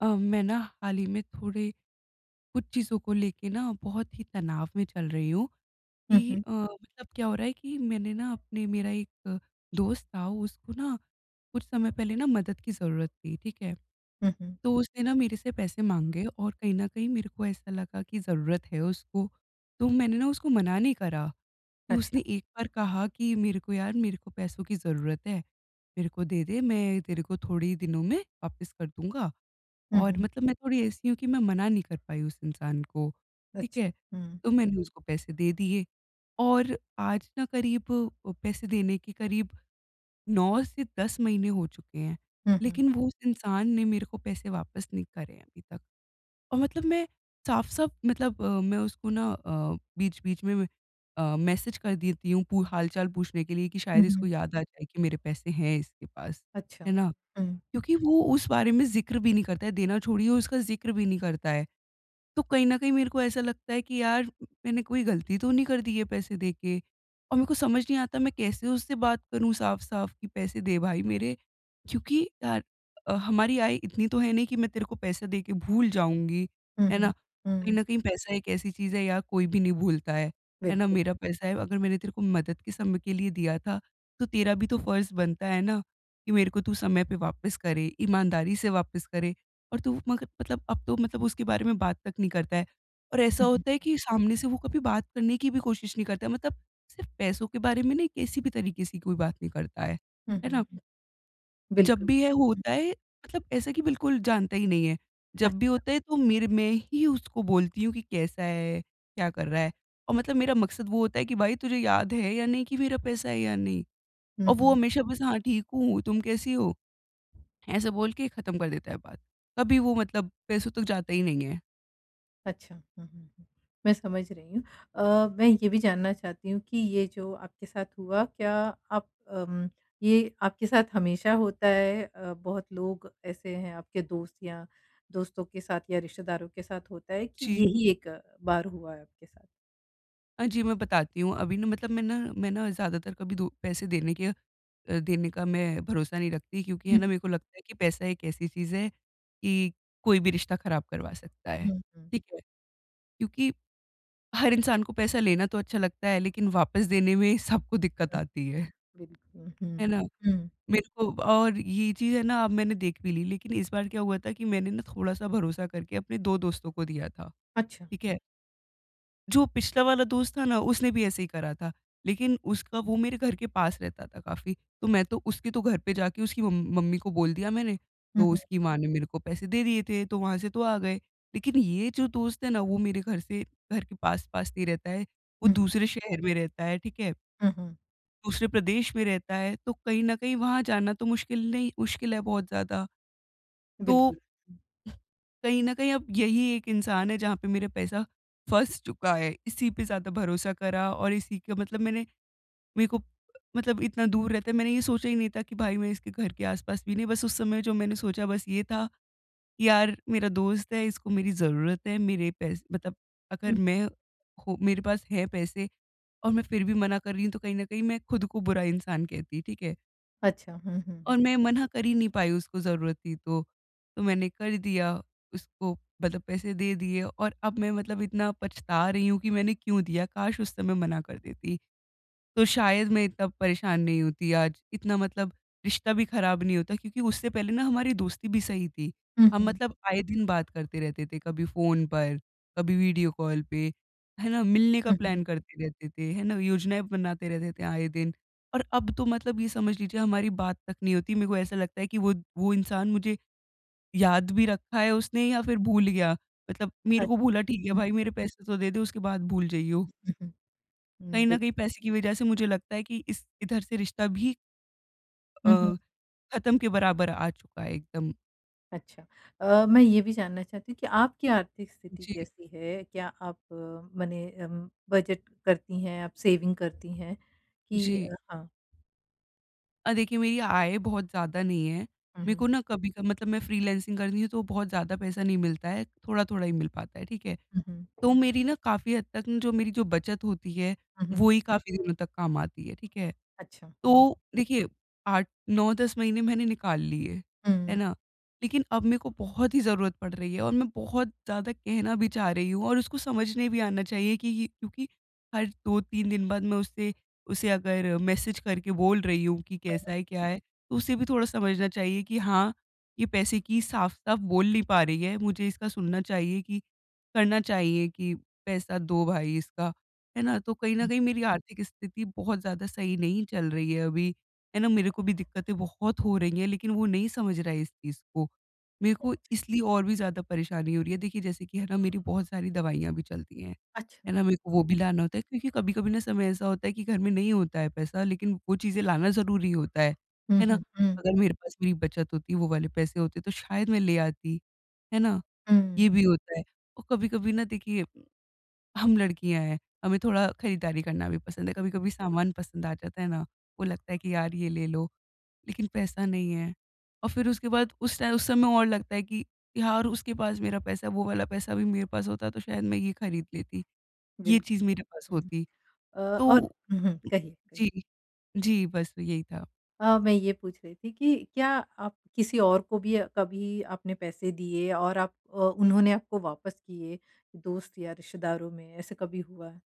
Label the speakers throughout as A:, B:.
A: अ, मैं ना हाल ही में थोड़े कुछ चीज़ों को लेके ना बहुत ही तनाव में चल रही हूँ
B: हुँ,
A: कि
B: हुँ।
A: मतलब क्या हो रहा है, कि मैंने ना अपने मेरा एक दोस्त था उसको ना कुछ समय पहले ना मदद की ज़रूरत थी, ठीक है?
B: हुँ, हुँ।
A: तो उसने ना मेरे से पैसे माँगे और कहीं न कहीं मेरे को ऐसा लगा कि ज़रूरत है उसको, तो मैंने ना उसको मना नहीं करा। कि उसने
B: अच्छा।
A: एक बार कहा कि मेरे को यार, मेरे को पैसों की ज़रूरत है, मेरे को दे दे, मैं तेरे को थोड़े ही दिनों में वापस कर दूँगा।
B: हुँ,
A: और
B: हुँ।
A: मतलब मैं थोड़ी ऐसी हूँ कि मैं मना नहीं कर पाई उस इंसान को, ठीक है?
B: अच्छा। हुँ।
A: तो मैंने उसको पैसे दे दिए, और आज ना पैसे देने के करीब 9 से 10 महीने हो चुके हैं,
B: हुँ, हुँ।
A: लेकिन वो उस इंसान ने मेरे को पैसे वापस नहीं करे हैं अभी तक। और मतलब मैं साफ-साफ मतलब मैं उसको ना बीच-बीच में मैसेज कर देती हूँ पू हाल-चाल पूछने के लिए, कि
B: हुँ,
A: शायद इसको
B: हुँ।
A: याद आ जाए कि मेरे पैसे हैं इसके पास,
B: अच्छा।
A: है ना?
B: हुँ।
A: क्योंकि वो उस बारे में ज़िक्र भी नहीं करता है, देना छोड़िए, उसका ज़िक्र भी नहीं करता है। तो कहीं न कहीं मेरे को ऐसा लगता है कि यार, मैंने कोई गलती तो नहीं कर दी है पैसे दे के? और मेरे को समझ नहीं आता मैं कैसे उससे बात करूँ साफ-साफ कि पैसे दे भाई मेरे, क्योंकि यार हमारी आय इतनी तो है नहीं कि मैं तेरे को पैसा दे के भूल जाऊँगी,
B: हुँ,
A: है ना?
B: हुँ।
A: कहीं
B: हुँ।
A: न कहीं पैसा एक ऐसी चीज़ है यार, कोई भी नहीं भूलता है ना?
B: बिल्कुल।
A: मेरा पैसा है, अगर मैंने तेरे को मदद के समय के लिए दिया था, तो तेरा भी तो फर्ज़ बनता है ना, कि मेरे को तू समय पे वापस करे, ईमानदारी से वापस करे। और तू मगर मतलब अब तो मतलब उसके बारे में बात तक नहीं करता है। और ऐसा
B: हुँ, हुँ।
A: होता है कि सामने से वो कभी बात करने की भी कोशिश नहीं करता है, मतलब सिर्फ़ पैसों के बारे में नहीं, किसी भी तरीके से कोई बात नहीं करता है।
B: हुँ,
A: है
B: हुँ,
A: ना?
B: हुँ।
A: जब
B: बिल्कुल।
A: भी है
B: हुँ।
A: होता है, मतलब ऐसा कि बिल्कुल जानता ही नहीं है।
B: अ
A: जब भी होता है तो मेरे मैं ही उसको बोलती हूँ कि कैसा है, क्या कर रहा है? और मतलब मेरा मकसद वो होता है कि भाई, तुझे याद है या नहीं कि मेरा पैसा है या नहीं?
B: हुँ,
A: और वो
B: हुँ।
A: हमेशा बस हाँ, ठीक हूँ, तुम कैसी हो? ऐसे बोल के ख़त्म कर देता है बात। कभी वो मतलब पैसों तक जाता ही नहीं है।
B: अच्छा। हुँ, हुँ, हुँ। मैं समझ रही हूँ। मैं ये भी जानना चाहती हूँ कि ये जो आपके साथ हुआ, क्या आप ये आपके साथ हमेशा होता है? बहुत लोग ऐसे हैं आपके दोस्त या दोस्तों के साथ या रिश्तेदारों के साथ होता है कि
A: जी।
B: यही एक बार हुआ है आपके साथ?
A: हाँ जी, मैं बताती हूँ। अभी ना मतलब मैं ना ज़्यादातर कभी दो पैसे देने के देने का मैं भरोसा नहीं रखती, क्योंकि है
B: हुँ,
A: ना मेरे को लगता है कि पैसा एक ऐसी चीज़ है कि कोई भी रिश्ता ख़राब करवा सकता है।
B: हुँ। हुँ, हुँ।
A: ठीक है? क्योंकि हर इंसान को पैसा लेना तो अच्छा लगता है, लेकिन वापस देने में सबको दिक्कत आती है।
B: बिल्कुल,
A: है
B: हुँ,
A: ना?
B: हुँ।
A: मेरे को और ये चीज़ है ना अब मैंने देख भी ली, लेकिन इस बार क्या हुआ था कि मैंने ना थोड़ा-सा भरोसा करके अपने 2 दोस्तों को दिया था,
B: अच्छा।
A: ठीक है? जो पिछला वाला दोस्त था ना, उसने भी ऐसे ही करा था, लेकिन उसका वो मेरे घर के पास रहता था काफ़ी, तो मैं तो उसके तो घर पे जाके उसकी मम मम्मी को बोल दिया मैंने,
B: हुँ,
A: तो
B: हुँ,
A: उसकी माँ ने मेरे को पैसे दे दिए थे, तो वहाँ से तो आ गए। लेकिन ये जो दोस्त है ना, वो मेरे घर के पास-पास नहीं रहता है, वो
B: हुँ,
A: दूसरे शहर में रहता है, ठीक है?
B: हुँ, हुँ,
A: दूसरे प्रदेश में रहता है, तो कहीं न कहीं वहाँ जाना तो मुश्किल नहीं, मुश्किल है बहुत ज़्यादा। तो
B: बिल्कुल।
A: कहीं न कहीं अब यही एक इंसान है जहाँ पे मेरा पैसा फँस चुका है। इसी पे ज़्यादा भरोसा करा और इसी का मतलब मैंने मेरे को मतलब इतना दूर रहता है, मैंने ये सोचा ही नहीं था कि भाई मैं इसके घर के आस-पास भी नहीं, बस उस समय जो मैंने सोचा बस ये था, कि यार मेरा दोस्त है, इसको मेरी ज़रूरत है, मेरे पैस मतलब अगर
B: हुँ,
A: मैं हो मेरे पास है पैसे, और मैं फिर भी मना कर रही हूँ, तो कहीं न कहीं मैं खुद को बुरा इंसान कहती, ठीक है?
B: अच्छा। हुँ, हुँ,
A: और
B: हुँ।
A: मैं मना कर ही नहीं पाई, उसको ज़रूरत थी तो। तो मैंने कर दिया उसको मतलब पैसे दे दिए, और अब मैं मतलब इतना पछता रही हूँ कि मैंने क्यों दिया, काश उस समय मना कर देती। तो शायद मैं इतना परेशान नहीं होती आज, इतना मतलब रिश्ता भी खराब नहीं होता, क्योंकि उससे पहले ना हमारी दोस्ती भी सही थी।
B: हुँ,
A: हम
B: हुँ,
A: मतलब आए दिन बात करते रहते थे, कभी फ़ोन पर, कभी वीडियो कॉल पे, है ना? मिलने का
B: हुँ, हुँ।
A: प्लान करते रहते थे, है ना? योजनाएँ बनाते रहते थे आए दिन। और अब तो मतलब ये समझ लीजिए हमारी बात तक नहीं होती। मेरे को ऐसा लगता है कि वो इंसान मुझे याद भी रखा है उसने, या फिर भूल गया। मतलब मेरे को
B: अच्छा।
A: भूला ठीक है
B: हुँ,
A: भाई, मेरे पैसे तो दे दे, उसके बाद भूल जाइयो।
B: हुँ, हुँ, हुँ,
A: कहीं न
B: बिल्कुल।
A: कहीं पैसे की वजह से मुझे लगता है कि इस इधर से रिश्ता भी अ,
B: हुँ, हुँ,
A: ख़त्म के बराबर आ चुका है एकदम।
B: अच्छा। मैं ये भी जानना चाहती हूँ कि आपकी आर्थिक स्थिति
A: जी,
B: कैसी है? क्या आप मने बजट करती हैं, आप सेविंग करती हैं
A: जी।
B: कि हाँ।
A: देखिए मेरी आय बहुत ज़्यादा नहीं है।
B: हुँ,
A: मेरे को
B: हुँ,
A: ना कभी क मतलब मैं फ्रीलांसिंग करती हूँ तो बहुत ज़्यादा पैसा नहीं मिलता है, थोड़ा-थोड़ा ही मिल पाता है, ठीक है?
B: हुँ, हुँ,
A: तो मेरी ना काफ़ी हद तक न जो मेरी जो बचत होती है,
B: हुँ, हुँ।
A: वो ही काफ़ी दिनों तक काम आती है, ठीक है?
B: अच्छा। हुँ,
A: तो देखिए 8 9-10 महीने मैंने निकाल लिए, है
B: हुँ,
A: ना? लेकिन अब मेरे को बहुत ही ज़रूरत पड़ रही है, और मैं बहुत ज़्यादा कहना भी चाह रही हूँ और उसको समझने भी आना चाहिए कि ये, क्योंकि हर 2-3 दिन बाद मैं उससे उसे अगर मैसेज करके बोल रही हूँ कि कैसा है, क्या है, तो उसे भी थोड़ा समझना चाहिए कि हाँ, ये पैसे की साफ-साफ बोल नहीं पा रही है, मुझे इसका सुनना चाहिए कि करना चाहिए कि पैसा दो भाई इसका। है ना? तो कहीं न
B: हुँ।
A: कहीं मेरी आर्थिक स्थिति बहुत ज़्यादा सही नहीं चल रही है अभी, है ना? मेरे को भी दिक्कतें बहुत हो रही हैं, लेकिन वो नहीं समझ रहा है इस चीज़ को। मेरे को इसलिए और भी ज़्यादा परेशानी हो रही है। देखिए, जैसे कि है ना, मेरी बहुत सारी दवाइयाँ भी चलती हैं, है
B: अच्छा।
A: ना? मेरे को वो भी लाना होता है क्योंकि कभी-कभी ना समय ऐसा होता है कि घर में नहीं होता है पैसा, लेकिन वो चीज़ें लाना ज़रूरी होता
B: हुँ,
A: है ना?
B: हुँ, हुँ,
A: अगर मेरे पास मेरी बचत होती, वो वाले पैसे होते, तो शायद मैं ले आती, है ना?
B: हुँ,
A: ये भी होता है। और कभी-कभी ना देखिए हम लड़कियाँ हैं, हमें थोड़ा खरीदारी करना भी पसंद है, कभी-कभी सामान पसंद आ जाता है ना, वो लगता है कि यार ये ले लो, लेकिन पैसा नहीं है। और फिर उसके बाद उस समय और लगता है कि यार उसके पास मेरा पैसा है, वो वाला पैसा भी मेरे पास होता तो शायद मैं ये खरीद लेती, ये चीज़
B: बिल्कुल।
A: मेरे पास
B: हुँ।
A: होती।
B: और
A: तो
B: हुँ, हुँ, कहिए, कहिए।
A: जी, जी, बस यही था।
B: मैं ये पूछ रही थी कि क्या आप किसी और को भी कभी आपने पैसे दिए और आप उन्होंने आपको वापस किए, दोस्त या रिश्तेदारों में ऐसे कभी हुआ है?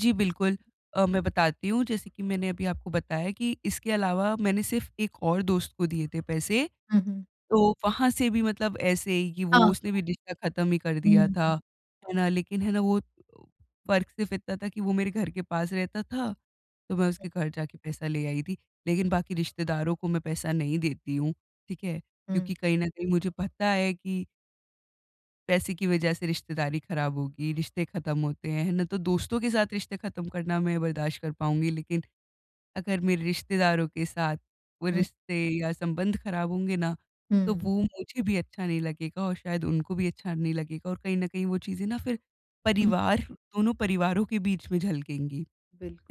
A: जी, बिल्कुल मैं बताती हूँ, जैसे कि मैंने अभी आपको बताया कि इसके अलावा मैंने सिर्फ़ एक और दोस्त को दिए थे पैसे,
B: हुँ, हुँ।
A: तो वहाँ से भी मतलब ऐसे ही कि वो
B: हाँ,
A: उसने भी रिश्ता ख़त्म ही कर
B: हुँ,
A: दिया था,
B: हुँ,
A: है ना? लेकिन है ना वो फ़र्क सिर्फ़ इतना था कि वो मेरे घर के पास रहता था, तो मैं उसके घर जाके पैसा ले आई थी। लेकिन बाकी रिश्तेदारों को मैं पैसा नहीं देती हूँ, ठीक है?
B: हुँ,
A: क्योंकि कहीं न कहीं मुझे पता है कि पैसे की वजह से रिश्तेदारी ख़राब होगी, रिश्ते ख़त्म होते हैं, है ना? तो दोस्तों के साथ रिश्ते ख़त्म करना मैं बर्दाश्त कर पाऊँगी, लेकिन अगर मेरे रिश्तेदारों के साथ वो
B: हुँ,
A: रिश्ते या संबंध खराब होंगे ना, तो
B: हुँ,
A: वो मुझे भी अच्छा नहीं लगेगा और शायद उनको भी अच्छा नहीं लगेगा, और कहीं न कहीं वो चीज़ें ना फिर
B: हुँ,
A: परिवार दोनों परिवारों के बीच में झलकेंगी,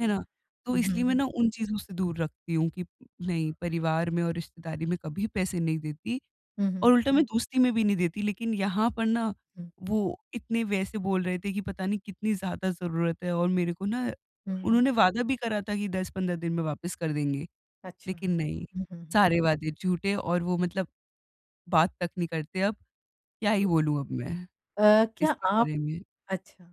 A: है ना? तो
B: हुँ,
A: इसलिए
B: हुँ,
A: मैं
B: हुँ,
A: ना उन चीज़ों से दूर रखती हूँ कि नहीं, परिवार में और रिश्तेदारी में कभी पैसे नहीं देती।
B: हुँ,
A: और
B: हुँ,
A: उल्टा मैं हुँ। दोस्ती में भी नहीं देती, लेकिन यहाँ पर ना
B: हुँ,
A: वो इतने वैसे बोल रहे थे कि पता नहीं कितनी ज़्यादा ज़रूरत है, और मेरे को ना
B: हुँ,
A: उन्होंने वादा भी करा था कि 10-15 दिन में वापस कर देंगे,
B: अच्छा,
A: लेकिन
B: अच्छा।
A: नहीं,
B: हुँ, हुँ, हुँ।
A: सारे वादे झूठे, और वो मतलब बात तक नहीं करते अब, क्या ही बोलूँ अब मैं
B: क्या
A: इसके
B: आप
A: बारे में?
B: अच्छा,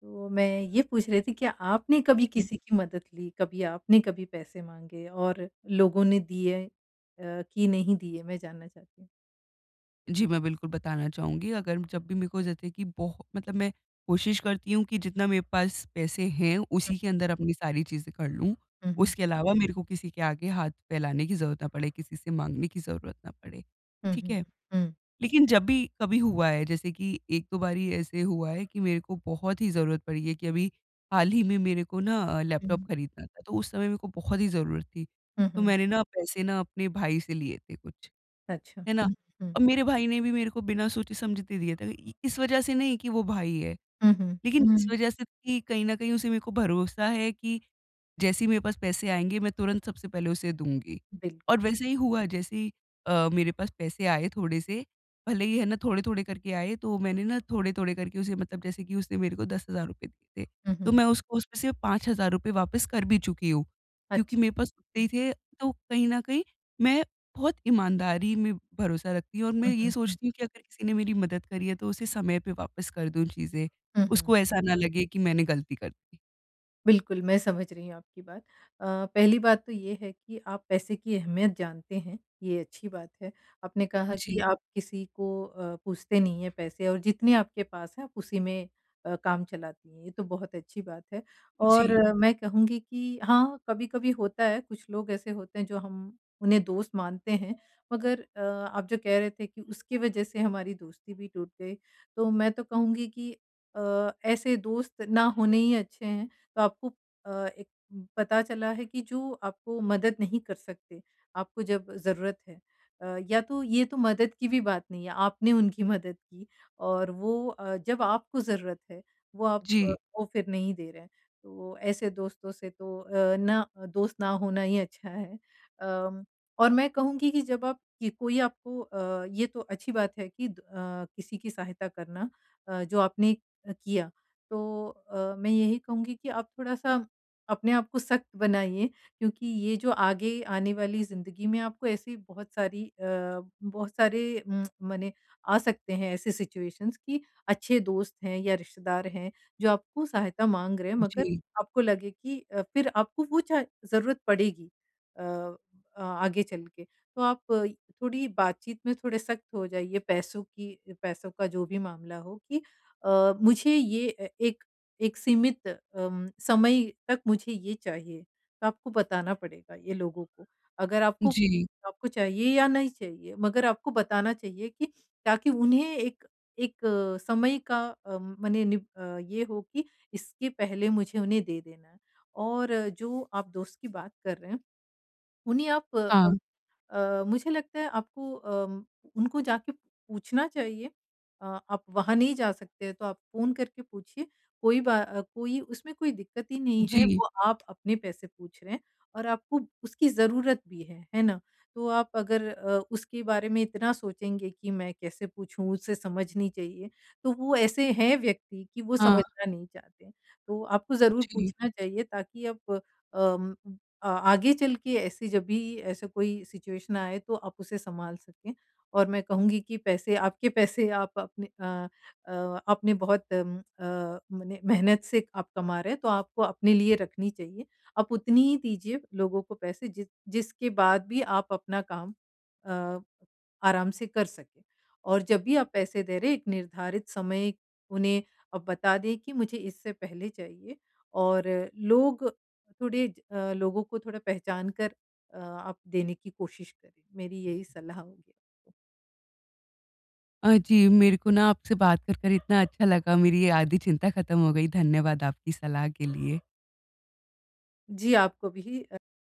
B: तो मैं ये पूछ रही थी क्या आपने कभी
A: जी।
B: किसी की मदद ली, कभी आपने कभी पैसे माँगे और लोगों ने दिए कि नहीं दिए? मैं जानना चाहती हूँ।
A: जी, मैं बिल्कुल बताना चाहूँगी। अगर जब भी मेरे को, जैसे कि बहु मतलब मैं कोशिश करती हूँ कि जितना मेरे पास पैसे हैं, उसी के अंदर अपनी सारी चीज़ें कर लूँ।
B: हुँ, हुँ।
A: उसके अलावा मेरे को किसी के आगे हाथ फैलाने की ज़रूरत ना पड़े, किसी से माँगने की ज़रूरत ना पड़े,
B: हुँ,
A: ठीक
B: हुँ,
A: है?
B: हुँ।
A: लेकिन जब भी कभी हुआ है, जैसे कि 1-2 बारी ऐसे हुआ है कि मेरे को बहुत ही ज़रूरत पड़ी है, कि अभी हाल ही में मेरे को ना लैपटॉप
B: हुँ,
A: खरीदना था, तो उस समय मेरे को बहुत ही ज़रूरत थी।
B: हुँ,
A: तो
B: हुँ।
A: मैंने ना पैसे ना अपने भाई से लिए थे कुछ।
B: अच्छा।
A: है ना?
B: हुँ, हुँ,
A: और मेरे भाई ने भी मेरे को बिना सोचे-समझे दे दिया था। इ इस वज़ह से नहीं कि वो भाई है,
B: हुँ, हुँ,
A: लेकिन इस
B: हुँ।
A: वज़ह से कि कहीं न कहीं उसे मेरे को भरोसा है कि जैसे ही मेरे पास पैसे आएँगे मैं तुरंत सबसे पहले उसे दूँगी। और
B: बिल्कुल।
A: वैसे ही हुआ, जैसे ही मेरे पास पैसे आए थोड़े-से, भले ही है ना थोड़े-थोड़े करके आए, तो मैंने ना थोड़े-थोड़े करके उसे, मतलब जैसे कि उसने मेरे को ₹10,000 दिए थे,
B: हुँ,
A: तो
B: हुँ।
A: मैं उसको उसमें से ₹5,000 वापस कर भी चुकी हूँ, क्योंकि
B: अच्छा।
A: मेरे पास उतने ही
B: हुँ,
A: थे। तो कहीं न कहीं मैं बहुत ईमानदारी में भरोसा रखती हूँ, और मैं
B: हुँ,
A: ये
B: हुँ, हुँ।
A: सोचती हूँ कि अगर किसी ने मेरी मदद करी है तो उसे समय पे वापस कर दूँ चीज़ें,
B: हुँ, हुँ।
A: उसको ऐसा ना लगे कि मैंने गलती कर दी।
B: बिल्कुल, मैं समझ रही हूँ आपकी बात। अ, पहली बात तो ये है कि आप पैसे की अहमियत जानते हैं, ये अच्छी बात है। आपने कहा कि
A: जी,
B: आप किसी को पूछते नहीं हैं पैसे और जितने आपके पास हैं, आप उसी में काम चलाती हैं, ये तो बहुत अच्छी बात है। और
A: जी,
B: मैं कहूँगी कि हाँ, कभी-कभी होता है, कुछ लोग ऐसे होते हैं, जो हम उन्हें दोस्त मानते हैं, मगर आप जो कह रहे थे कि उसकी वजह से हमारी दोस्ती भी टूट गई, तो मैं तो कहूँगी कि ऐसे दोस्त ना होने ही अच्छे हैं। तो आपको अ, एक पता चला है कि जो आपको मदद नहीं कर सकते, आपको जब ज़रूरत है। या तो ये तो मदद की भी बात नहीं है, आपने उनकी मदद की और वो जब आपको ज़रूरत है, वो आप अ,
A: जी।
B: वो फिर नहीं दे रहे हैं। तो ऐसे दोस्तों से तो ना दोस्त ना होना ही अच्छा है। अम, और मैं कहूँगी कि जब आप कि कोई आपको ये तो अच्छी बात है कि किसी की सहायता करना जो आपने किया। तो मैं यही कहूँगी कि आप थोड़ा-सा अपने आप को सख्त बनाइए क्योंकि ये जो आगे आने वाली ज़िंदगी में आपको ऐसी बहुत सारे मने आ सकते हैं ऐसे सिचुएशंस कि अच्छे दोस्त हैं या रिश्तेदार हैं जो आपको सहायता माँग रहे हैं मगर
A: जी,
B: आपको लगे कि फिर आपको वो चा ज़रूरत पड़ेगी अ आगे चल के। तो आप थोड़ी बातचीत में थोड़े सख्त हो जाइए पैसों का जो भी मामला हो कि मुझे ये एक एक सीमित समय तक मुझे ये चाहिए, तो आपको बताना पड़ेगा ये लोगों को। अगर आपको
A: जी।
B: आपको चाहिए या नहीं चाहिए, मगर आपको बताना चाहिए कि ताकि उन्हें एक एक समय का मने ये हो कि इसके पहले मुझे उन्हें दे देना है। और जो आप दोस्त की बात कर रहे हैं, उन्हें आप
A: हाँ,
B: अ, अ, मुझे लगता है आपको उनको जाके पूछना चाहिए। आप वहाँ नहीं जा सकते तो आप फ़ोन करके पूछिए। कोई उसमें कोई दिक्कत ही नहीं है,
A: जी,
B: वो आप अपने पैसे पूछ रहे हैं और आपको उसकी ज़रूरत भी है ना? तो आप अगर उसके बारे में इतना सोचेंगे कि मैं कैसे पूछूँ, उसे समझनी चाहिए, तो वो ऐसे हैं व्यक्ति कि वो
A: हाँ,
B: समझना नहीं चाहते। तो आपको ज़रूर
A: जी।
B: पूछना चाहिए ताकि आप अम आगे चल के ऐसी जब भी ऐसा कोई सिचुएशन आए तो आप उसे सँभाल सकें। और मैं कहूँगी कि पैसे आप अपने आपने बहुत मने मेहनत से आप कमा रहे हैं तो आपको अपने लिए रखनी चाहिए। आप उतनी ही दीजिए लोगों को पैसे जिसके बाद भी आप अपना काम अ, आराम से कर सकें। और जब भी आप पैसे दे रहे हैं एक निर्धारित समय उन्हें आप बता दें कि मुझे इससे पहले चाहिए और लोग लोगों को थोड़ा पहचान कर आप देने की कोशिश करें। मेरी यही सलाह होगी आपको।
A: जी, मेरे को ना आपसे बात कर इतना अच्छा लगा, मेरी ये आधी चिंता खत्म हो गई। धन्यवाद आपकी सलाह के लिए।
B: जी, आपको भी।